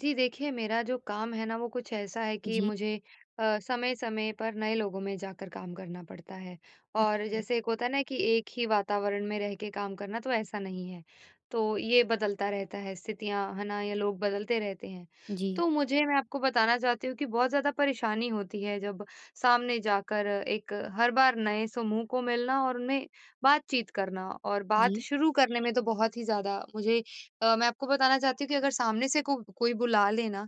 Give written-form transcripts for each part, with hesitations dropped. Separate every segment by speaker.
Speaker 1: जी देखिए, मेरा जो काम है ना वो कुछ ऐसा है कि
Speaker 2: जी,
Speaker 1: मुझे समय-समय पर नए लोगों में जाकर काम करना पड़ता है। और
Speaker 2: अच्छा।
Speaker 1: जैसे एक होता है ना कि एक ही वातावरण में रह के काम करना तो ऐसा नहीं है। तो ये बदलता रहता है स्थितियाँ, है ना? या लोग बदलते रहते हैं।
Speaker 2: जी,
Speaker 1: तो मुझे मैं आपको बताना चाहती हूँ कि बहुत ज़्यादा परेशानी होती है जब सामने जाकर एक हर बार नए समूह को मिलना और उनमें बातचीत करना और
Speaker 2: जी,
Speaker 1: बात शुरू करने में तो बहुत ही ज़्यादा मुझे मैं आपको बताना चाहती हूँ कि अगर सामने से को कोई बुला ले ना,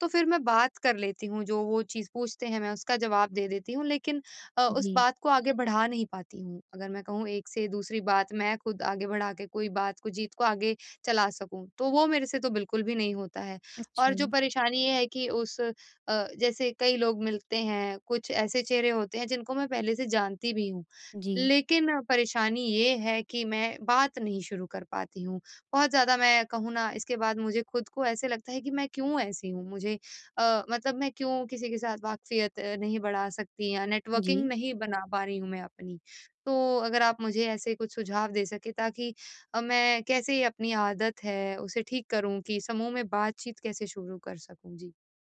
Speaker 1: तो फिर मैं बात कर लेती हूँ, जो वो चीज़ पूछते हैं मैं उसका जवाब दे देती हूँ, लेकिन उस
Speaker 2: जी।
Speaker 1: बात को आगे बढ़ा नहीं पाती हूँ। अगर मैं कहूँ एक से दूसरी बात मैं खुद आगे बढ़ा के कोई बात को जीत को आगे चला सकूँ, तो वो मेरे से तो बिल्कुल भी नहीं होता है।
Speaker 2: अच्छा।
Speaker 1: और जो परेशानी ये है कि उस जैसे कई लोग मिलते हैं, कुछ ऐसे चेहरे होते हैं जिनको मैं पहले से जानती भी हूँ,
Speaker 2: जी,
Speaker 1: लेकिन परेशानी ये है कि मैं बात नहीं शुरू कर पाती हूँ। बहुत ज़्यादा मैं कहूँ ना इसके बाद मुझे खुद को ऐसे लगता है कि मैं क्यों ऐसी हूँ? मुझे मतलब मैं क्यों किसी के साथ वाक़फ़ियत नहीं बढ़ा सकती या नेटवर्किंग
Speaker 2: जी।
Speaker 1: नहीं बना पा रही हूँ मैं अपनी। तो अगर आप मुझे ऐसे कुछ सुझाव दे सकें ताकि मैं कैसे ये अपनी आदत है उसे ठीक करूँ कि समूह में बातचीत कैसे शुरू कर सकूँ? जी।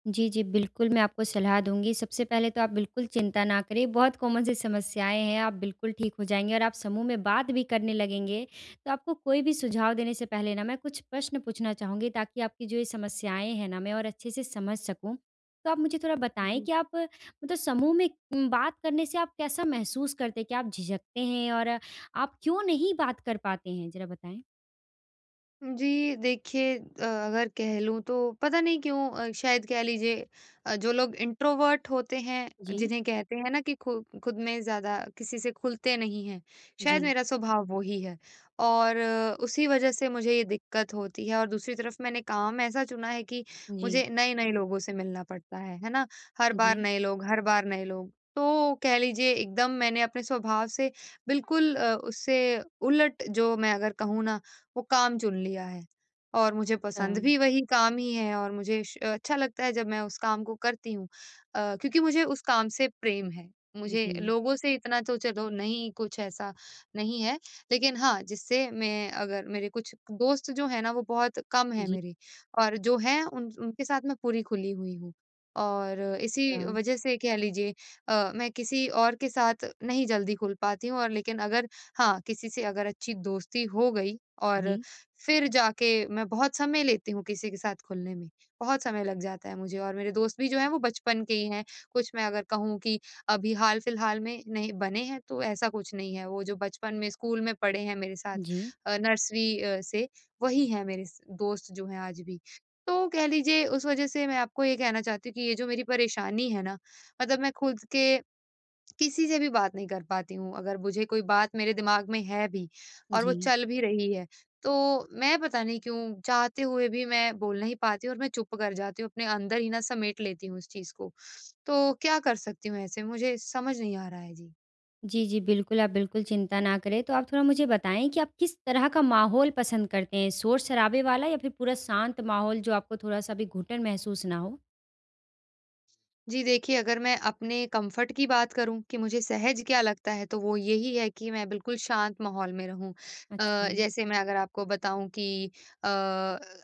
Speaker 2: जी, जी, बिल्कुल मैं आपको सलाह दूँगी। सबसे पहले तो आप बिल्कुल चिंता ना करें, बहुत कॉमन सी समस्याएँ हैं, आप बिल्कुल ठीक हो जाएँगे और आप समूह में बात भी करने लगेंगे, तो आपको कोई भी सुझाव देने से पहले ना मैं कुछ प्रश्न पूछना चाहूँगी ताकि आपकी जो ये समस्याएँ हैं ना, मैं और अच्छे से समझ सकूँ। तो आप मुझे थोड़ा बताएँ कि आप मतलब समूह में बात करने से आप कैसा महसूस करते हैं? क्या आप झिझकते हैं और आप क्यों नहीं बात कर पाते हैं? ज़रा बताएँ।
Speaker 1: जी, देखिए अगर कह लूँ तो पता नहीं क्यों शायद कह लीजिए जो लोग इंट्रोवर्ट होते हैं,
Speaker 2: जी,
Speaker 1: जिन्हें कहते हैं ना कि खु खुद में ज़्यादा किसी से खुलते नहीं हैं, शायद
Speaker 2: जी,
Speaker 1: मेरा स्वभाव वो ही है और उसी वजह से मुझे ये दिक्कत होती है और दूसरी तरफ मैंने काम ऐसा चुना है कि
Speaker 2: जी,
Speaker 1: मुझे नए-नए लोगों से मिलना पड़ता है ना? हर बार
Speaker 2: जी,
Speaker 1: नए लोग, हर बार नए लोग। तो कह लीजिए एकदम मैंने अपने स्वभाव से बिल्कुल उससे उलट जो मैं अगर कहूँ ना वो काम चुन लिया है और मुझे
Speaker 2: अच्छा,
Speaker 1: पसंद भी वही काम ही है और मुझे श अच्छा लगता है जब मैं उस काम को करती हूँ, क्योंकि मुझे उस काम से प्रेम है। मुझे
Speaker 2: जी,
Speaker 1: लोगों से इतना तो चलो नहीं कुछ ऐसा नहीं है, लेकिन हाँ, जिससे मैं अगर मेरे कुछ दोस्त जो हैं ना वो बहुत कम हैं
Speaker 2: जी,
Speaker 1: मेरे और जो हैं उन उनके साथ मैं पूरी खुली हुई हूँ। और इसी
Speaker 2: अच्छा,
Speaker 1: वज़ह से कह लीजिए मैं किसी और के साथ नहीं जल्दी खुल पाती हूँ और लेकिन अगर हाँ, किसी से अगर अच्छी दोस्ती हो गई और
Speaker 2: जी,
Speaker 1: फिर जाके मैं बहुत समय लेती हूँ किसी के साथ खुलने में, बहुत समय लग जाता है मुझे और मेरे दोस्त भी जो हैं वो बचपन के ही हैं। कुछ मैं अगर कहूँ कि अभी हाल-फिलहाल में नहीं बने हैं तो ऐसा कुछ नहीं है, वो जो बचपन में स्कूल में पढ़े हैं मेरे साथ
Speaker 2: जी,
Speaker 1: नर्सरी से वही हैं मेरे स दोस्त जो हैं आज भी। तो कह लीजिए उस वज़ह से मैं आपको ये कहना चाहती हूँ कि ये जो मेरी परेशानी है ना, मतलब मैं खुद के किसी से भी बात नहीं कर पाती हूँ। अगर मुझे कोई बात मेरे दिमाग में है भी और वो
Speaker 2: जी।
Speaker 1: चल भी रही है, तो मैं पता नहीं क्यों चाहते हुए भी मैं बोल नहीं पाती और मैं चुप कर जाती हूँ, अपने अंदर ही ना समेट लेती हूँ उस चीज़ को। तो क्या कर सकती हूँ ऐसे? मुझे समझ नहीं आ रहा है। जी।
Speaker 2: जी, जी, बिल्कुल, आप बिल्कुल चिंता ना करें। तो आप थोड़ा मुझे बताएँ कि आप किस तरह का माहौल पसंद करते हैं? शोर-शराबे वाला या फिर पूरा शांत माहौल जो आपको थोड़ा-सा भी घुटन महसूस ना हो?
Speaker 1: जी देखिए, अगर मैं अपने कम्फ़र्ट की बात करूँ कि मुझे सहज क्या लगता है, तो वो यही है कि मैं बिल्कुल शांत माहौल में रहूँ। अ,
Speaker 2: अच्छा,
Speaker 1: जैसे मैं अगर आपको बताऊँ कि अ,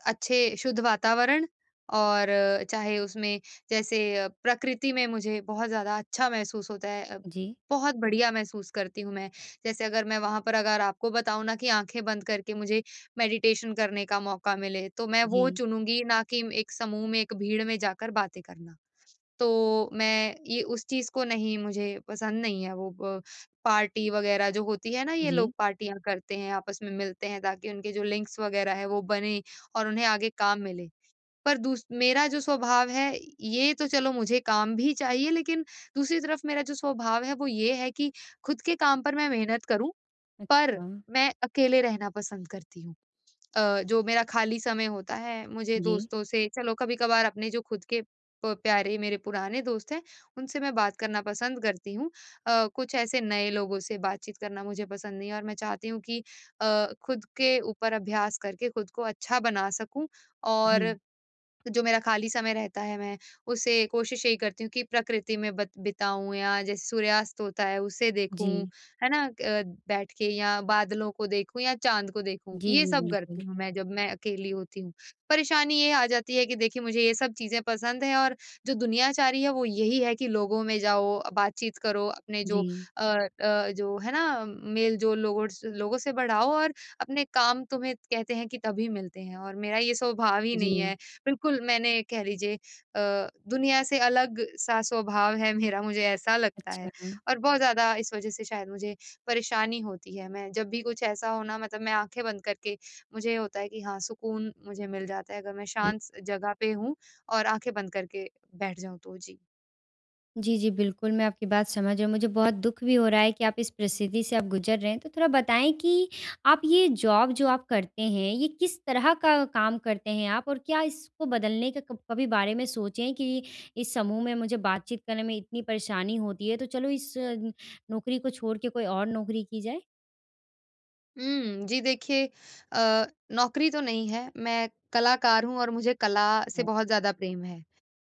Speaker 1: अच्छे शुद्ध वातावरण और चाहे उसमें जैसे प्रकृति में मुझे बहुत ज़्यादा अच्छा महसूस होता है,
Speaker 2: जी,
Speaker 1: बहुत बढ़िया महसूस करती हूँ मैं। जैसे अगर मैं वहाँ पर अगर आपको बताऊँ ना कि आँखें बंद करके मुझे मेडिटेशन करने का मौका मिले, तो मैं वो
Speaker 2: जी,
Speaker 1: चुनूँगी, ना कि एक समूह में, एक भीड़ में जाकर बातें करना। तो मैं ये उस चीज़ को नहीं मुझे पसंद नहीं है वो ब पार्टी वग़ैरह जो होती है ना ये लोग
Speaker 2: जी,
Speaker 1: पार्टियाँ करते हैं, आपस में मिलते हैं ताकि उनके जो लिंक्स वग़ैरह हैं वो बने और उन्हें आगे काम मिले। पर दूस मेरा जो स्वभाव है ये तो चलो मुझे काम भी चाहिए लेकिन दूसरी तरफ मेरा जो स्वभाव है वो ये है कि खुद के काम पर मैं मेहनत करूँ पर
Speaker 2: अच्छा,
Speaker 1: मैं अकेले रहना पसंद करती हूँ। जो मेरा खाली समय होता है मुझे
Speaker 2: जी,
Speaker 1: दोस्तों से चलो कभी-कभार अपने जो खुद के प प्यारे मेरे पुराने दोस्त हैं, उनसे मैं बात करना पसंद करती हूँ। कुछ ऐसे नए लोगों से बातचीत करना मुझे पसंद नहीं है और मैं चाहती हूँ कि खुद के ऊपर अभ्यास करके खुद को अच्छा बना सकूँ और
Speaker 2: जी,
Speaker 1: जो मेरा खाली समय रहता है मैं उसे कोशिश यही करती हूँ कि प्रकृति में बत बिताऊँ या जैसे सूर्यास्त होता है उसे देखूँ,
Speaker 2: जी,
Speaker 1: है ना? बैठ के या बादलों को देखूँ या चाँद को देखूँ,
Speaker 2: जी,
Speaker 1: ये
Speaker 2: जी,
Speaker 1: सब करती
Speaker 2: बिल्कुल,
Speaker 1: हूँ मैं जब मैं अकेली होती हूँ। परेशानी ये आ जाती है कि देखिए मुझे ये सब चीज़ें पसंद हैं और जो दुनियाचारी है वो यही है कि लोगों में जाओ, बातचीत करो, अपने जो
Speaker 2: जी,
Speaker 1: जो है ना मेल-जोल लोगों से बढ़ाओ और अपने काम तुम्हें कहते हैं कि तभी मिलते हैं और मेरा ये स्वभाव ही
Speaker 2: जी,
Speaker 1: नहीं है। बिल्कुल, मैंने कह लीजिए दुनिया से अलग-सा स्वभाव है मेरा, मुझे ऐसा लगता है
Speaker 2: अच्छा,
Speaker 1: और बहुत ज़्यादा इस वज़ह से शायद मुझे परेशानी होती है। मैं जब भी कुछ ऐसा हो ना मतलब मैं आँखें बंद करके मुझे होता है कि हाँ, सुकून मुझे मिल जाता है अगर मैं
Speaker 2: जी।
Speaker 1: शांत स जगह पे हूँ और आँखें बंद करके बैठ जाऊँ तो। जी।
Speaker 2: जी, जी, बिल्कुल, मैं आपकी बात समझ रही हूँ। मुझे बहुत दुःख भी हो रहा है कि आप इस परिस्थिति से आप गुज़र रहे हैं। तो थोड़ा बताएँ कि आप ये जॉब जो आप करते हैं, ये किस तरह का काम करते हैं आप? और क्या इसको बदलने का कब कभी बारे में सोचे हैं कि इस समूह में मुझे बातचीत करने में इतनी परेशानी होती है, तो चलो इस नौकरी को छोड़ के कोई और नौकरी की जाए?
Speaker 1: हुँ, जी देखिए अ, नौकरी तो नहीं है, मैं कलाकार हूँ और मुझे कला से बहुत ज़्यादा प्रेम है।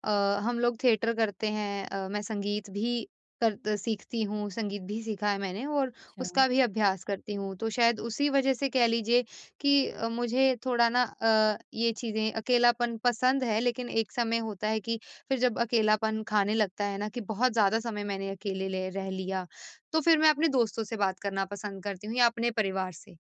Speaker 1: अ, हम लोग थिएटर करते हैं, मैं संगीत भी कर सीखती हूँ, संगीत भी सीखा है मैंने और
Speaker 2: अच्छा,
Speaker 1: उसका भी
Speaker 2: अच्छा।
Speaker 1: अभ्यास करती हूँ। तो शायद उसी वज़ह से कह लीजिए कि मुझे थोड़ा ना ये चीज़ें अकेलापन पसंद है, लेकिन एक समय होता है कि फिर जब अकेलापन खाने लगता है ना कि बहुत ज़्यादा समय मैंने अकेले ले रह लिया, तो फिर मैं अपने दोस्तों से बात करना पसंद करती हूँ या अपने परिवार से।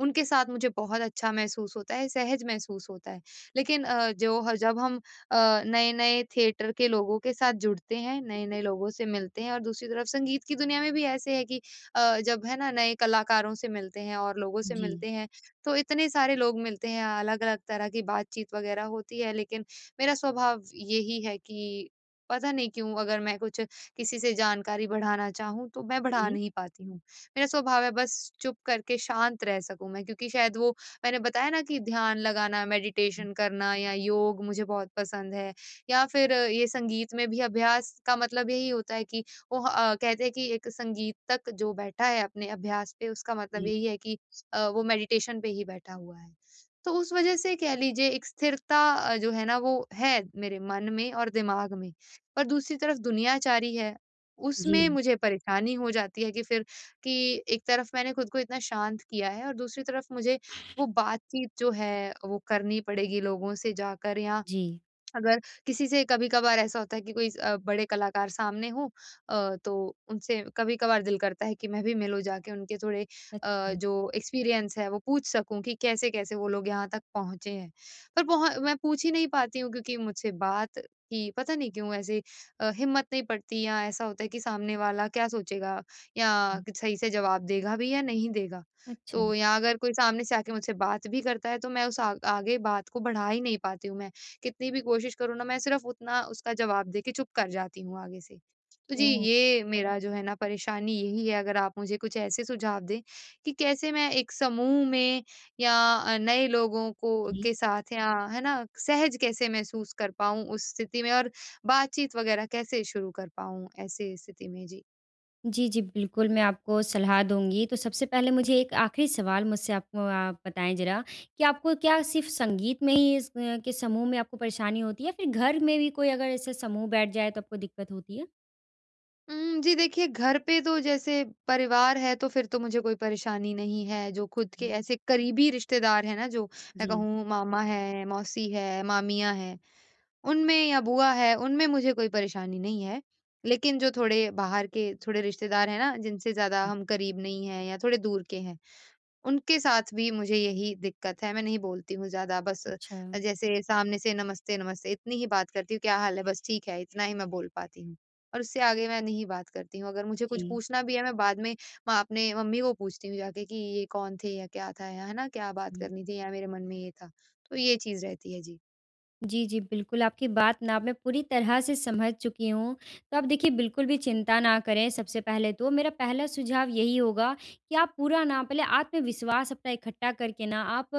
Speaker 1: उनके साथ मुझे बहुत अच्छा महसूस होता है, सहज महसूस होता है। लेकिन जो ह जब हम नए-नए थिएटर के लोगों के साथ जुड़ते हैं, नए-नए लोगों से मिलते हैं और दूसरी तरफ संगीत की दुनिया में भी ऐसे है कि जब है ना नए कलाकारों से मिलते हैं और लोगों से
Speaker 2: जी,
Speaker 1: मिलते हैं, तो इतने सारे लोग मिलते हैं, अलग-अलग तरह की बातचीत वगैरह होती है। लेकिन मेरा स्वभाव यही है कि पता नहीं क्यों अगर मैं कुछ किसी से जानकारी बढ़ाना चाहूँ, तो मैं बढ़ा
Speaker 2: जी।
Speaker 1: नहीं पाती हूँ। मेरा स्वभाव है बस चुप करके शांत रह सकूँ मैं क्योंकि शायद वो मैंने बताया ना कि ध्यान लगाना,
Speaker 2: हुँ,
Speaker 1: मेडिटेशन करना या योग मुझे बहुत पसंद है या फिर ये संगीत में भी अभ्यास का मतलब यही होता है कि वो कहते हैं कि एक संगीत तक जो बैठा है अपने अभ्यास पे उसका मतलब
Speaker 2: जी।
Speaker 1: यही है कि वो मेडिटेशन पे ही बैठा हुआ है। तो उस वज़ह से कह लीजिए एक स्थिरता जो है ना वो है मेरे मन में और दिमाग में। पर दूसरी तरफ दुनियाचारी है, उसमें
Speaker 2: जी,
Speaker 1: मुझे परेशानी हो जाती है कि फिर कि एक तरफ मैंने खुद को इतना शांत किया है और दूसरी तरफ मुझे वो बातचीत जो है वो करनी पड़ेगी लोगों से जाकर या
Speaker 2: जी।
Speaker 1: अगर किसी से कभी-कभार ऐसा होता है कि कोई बड़े कलाकार सामने हों, तो उनसे कभी-कभार दिल करता है कि मैं भी मिलूँ जाके उनके थोड़े
Speaker 2: अच्छा,
Speaker 1: जो एक्सपीरियंस है वो पूछ सकूँ कि कैसे-कैसे वो लोग यहाँ तक पहुँचे हैं। पर पहुँ मैं पूछ ही नहीं पाती हूँ क्योंकि मुझसे बात की पता नहीं क्यों ऐसे हिम्मत नहीं पड़ती या ऐसा होता है कि सामने वाला क्या सोचेगा या
Speaker 2: हुँ।
Speaker 1: कि सही से जवाब देगा भी या नहीं देगा। तो
Speaker 2: अच्छा,
Speaker 1: या अगर कोई सामने से आके मुझसे बात भी करता है तो मैं उस आ आगे बात को बढ़ा ही नहीं पाती हूँ मैं। कितनी भी कोशिश करूँ ना, मैं सिर्फ़ उतना उसका जवाब दे के चुप कर जाती हूँ आगे से। तो जी,
Speaker 2: ओह!
Speaker 1: ये मेरा जो है ना परेशानी यही है, अगर आप मुझे कुछ ऐसे सुझाव दें कि कैसे मैं एक समूह में या नए लोगों को
Speaker 2: जी।
Speaker 1: के साथ या है ना, सहज कैसे महसूस कर पाऊँ उस स्थिति में और बातचीत वग़ैरह कैसे शुरू कर पाऊँ ऐसे स्थिति में? जी।
Speaker 2: जी, जी, बिल्कुल, मैं आपको सलाह दूँगी। तो सबसे पहले मुझे एक आखिरी सवाल मुझसे आपको आप बताएँ ज़रा कि आपको क्या सिर्फ़ संगीत में ही इस के समूह में आपको परेशानी होती है या फिर घर में भी कोई अगर ऐसे समूह बैठ जाए तो आपको दिक्कत होती है?
Speaker 1: जी देखिए, घर पे तो जैसे परिवार है तो फिर तो मुझे कोई परेशानी नहीं है, जो खुद के
Speaker 2: हुँ।
Speaker 1: ऐसे करीबी रिश्तेदार हैं ना जो मैं
Speaker 2: जी।
Speaker 1: कहूँ मामा है, मौसी है, मामियाँ हैं, उनमें या बुआ है, उनमें मुझे कोई परेशानी नहीं है। लेकिन जो थोड़े बाहर के थोड़े रिश्तेदार हैं ना, जिनसे ज़्यादा
Speaker 2: हुँ।
Speaker 1: हम करीब नहीं हैं या थोड़े दूर के हैं, उनके साथ भी मुझे यही दिक्कत है, मैं नहीं बोलती हूँ ज़्यादा बस
Speaker 2: अच्छा।
Speaker 1: जैसे सामने से नमस्ते, नमस्ते इतनी ही बात करती हूँ, क्या हाल है? बस ठीक है, इतना ही मैं बोल पाती हूँ और उससे आगे मैं नहीं बात करती हूँ। अगर मुझे कुछ
Speaker 2: जी,
Speaker 1: पूछना भी है, मैं बाद में म अपने मम्मी को पूछती हूँ जाके कि ये कौन थे या क्या था या है ना? क्या बात
Speaker 2: अच्छा।
Speaker 1: करनी थी या मेरे मन में ये था। तो ये चीज़ रहती है। जी।
Speaker 2: जी, जी, बिल्कुल, आपकी बात ना मैं पूरी तरह से समझ चुकी हूँ। तो आप देखिए बिल्कुल भी चिंता ना करें सबसे पहले तो मेरा पहला सुझाव यही होगा कि आप पूरा ना पहले आत्मविश्वास अपना इकट्ठा करके ना आप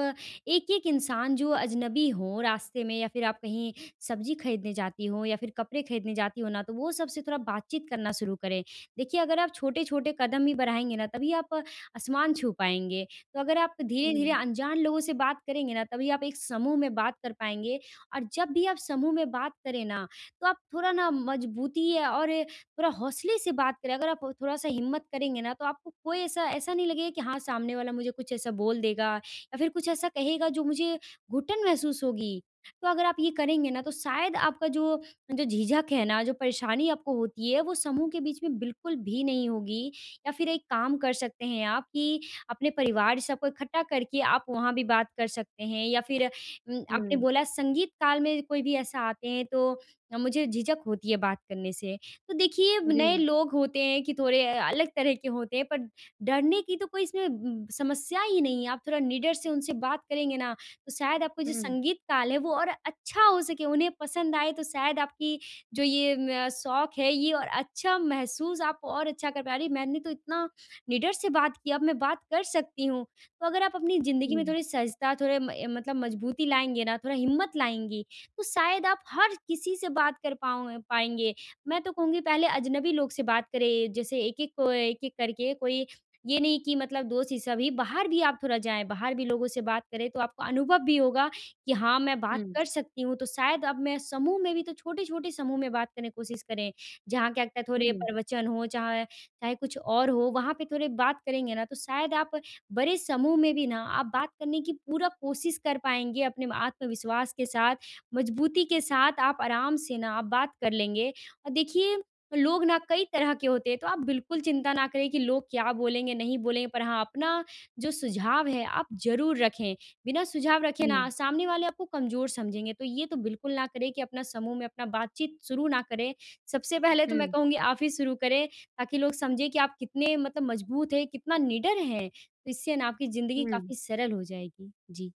Speaker 2: एक-एक इंसान जो अजनबी हो रास्ते में या फिर आप कहीं सब्ज़ी खरीदने जाती हो या फिर कपड़े खरीदने जाती हो ना तो वो सबसे थोड़ा बातचीत करना शुरू करें। देखिए अगर आप छोटे-छोटे कदम ही बढ़ाएँगे ना तभी आप आसमान छू पाएँगे। तो अगर आप धीरे-धीरे
Speaker 1: हुँ,
Speaker 2: अनजान लोगों से बात करेंगे ना तभी आप एक समूह में बात कर पाएँगे और जब भी आप समूह में बात करें ना, तो आप थोड़ा ना मजबूती है और ये थोड़ा हौसले से बात करें। अगर आप थोड़ा-सा हिम्मत करेंगे ना, तो आपको कोई ऐसा ऐसा नहीं लगेगा कि हाँ, सामने वाला मुझे कुछ ऐसा बोल देगा या फिर कुछ ऐसा कहेगा जो मुझे घुटन महसूस होगी। तो अगर आप ये करेंगे ना, तो शायद आपका जो जो झिझक है ना, जो परेशानी आपको होती है, वो समूह के बीच में बिल्कुल भी नहीं होगी। या फिर एक काम कर सकते हैं आप कि अपने परिवार सबको इकट्ठा करके आप वहाँ भी बात कर सकते हैं या फिर आपने
Speaker 1: हुँ,
Speaker 2: बोला संगीत काल में कोई भी ऐसा आते हैं तो मुझे झिझक होती है बात करने से। तो देखिए
Speaker 1: जी।
Speaker 2: नए लोग होते हैं कि थोड़े अलग तरह के होते हैं, पर डरने की तो कोई इसमें समस्या ही नहीं है। आप थोड़ा निडर से उनसे बात करेंगे ना, तो शायद आपको जो
Speaker 1: हुँ,
Speaker 2: संगीत काल है वो और अच्छा हो सके, उन्हें पसंद आए तो शायद आपकी जो ये म शौक है ये और अच्छा महसूस आप और अच्छा कर पाए, "अरे! मैंने तो इतना निडर से बात किया, अब मैं बात कर सकती हूँ।" तो अगर आप अपनी ज़िंदगी में
Speaker 1: हुँ,
Speaker 2: थोड़ी सजता थोड़े म मतलब मजबूती लाएँगे ना, थोड़ा हिम्मत लाएँगी, तो शायद आप हर किसी से बात कर पाओ पाएँगे। मैं तो कहूँगी पहले अजनबी लोग से बात करें, जैसे एक-एक को एक-एक करके कोई ये नहीं कि मतलब दोस्त ही सभी, बाहर भी आप थोड़ा जाएँ, बाहर भी लोगों से बात करें, तो आपको अनुभव भी होगा कि हाँ, मैं बात
Speaker 1: हुँ,
Speaker 2: कर सकती हूँ। तो शायद अब मैं समूह में भी तो छोटे-छोटे समूह में बात करने की कोशिश करें, जहाँ क्या लगता है थोड़े
Speaker 1: हुँ,
Speaker 2: प्रवचन हो, चाहे चाहे कुछ और हो, वहाँ पे थोड़े बात करेंगे ना, तो शायद आप बड़े समूह में भी ना आप बात करने की पूरा कोशिश कर पाएँगे अपने आत्मविश्वास के साथ, मजबूती के साथ आप आराम से ना आप बात कर लेंगे। और देखिए लोग ना कई तरह के होते हैं तो आप बिल्कुल चिंता ना करें कि लोग क्या बोलेंगे, नहीं बोलेंगे पर हाँ, अपना जो सुझाव है आप ज़रूर रखें। बिना सुझाव रखे ना सामने वाले आपको कमज़ोर समझेंगे तो ये तो बिल्कुल ना करें कि अपना समूह में अपना बातचीत शुरू ना करें। सबसे पहले तो मैं
Speaker 1: हुँ,
Speaker 2: कहूँगी आप ही शुरू करें ताकि लोग समझें कि आप कितने मतलब मजबूत हैं, कितना निडर हैं। तो इससे ना आपकी ज़िंदगी
Speaker 1: हुँ।
Speaker 2: काफ़ी सरल हो जाएगी। जी,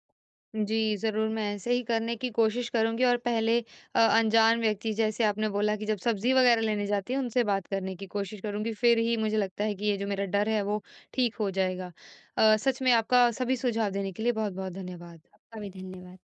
Speaker 1: जी, ज़रूर मैं ऐसे ही करने की कोशिश करूँगी और पहले अनजान व्यक्ति जैसे आपने बोला कि जब सब्ज़ी वग़ैरह लेने जाती है उनसे बात करने की कोशिश करूँगी, फ़िर ही मुझे लगता है कि ये जो मेरा डर है वो ठीक हो जाएगा। सच में आपका सभी सुझाव देने के लिए बहुत-बहुत धन्यवाद।
Speaker 2: आपका भी धन्यवाद।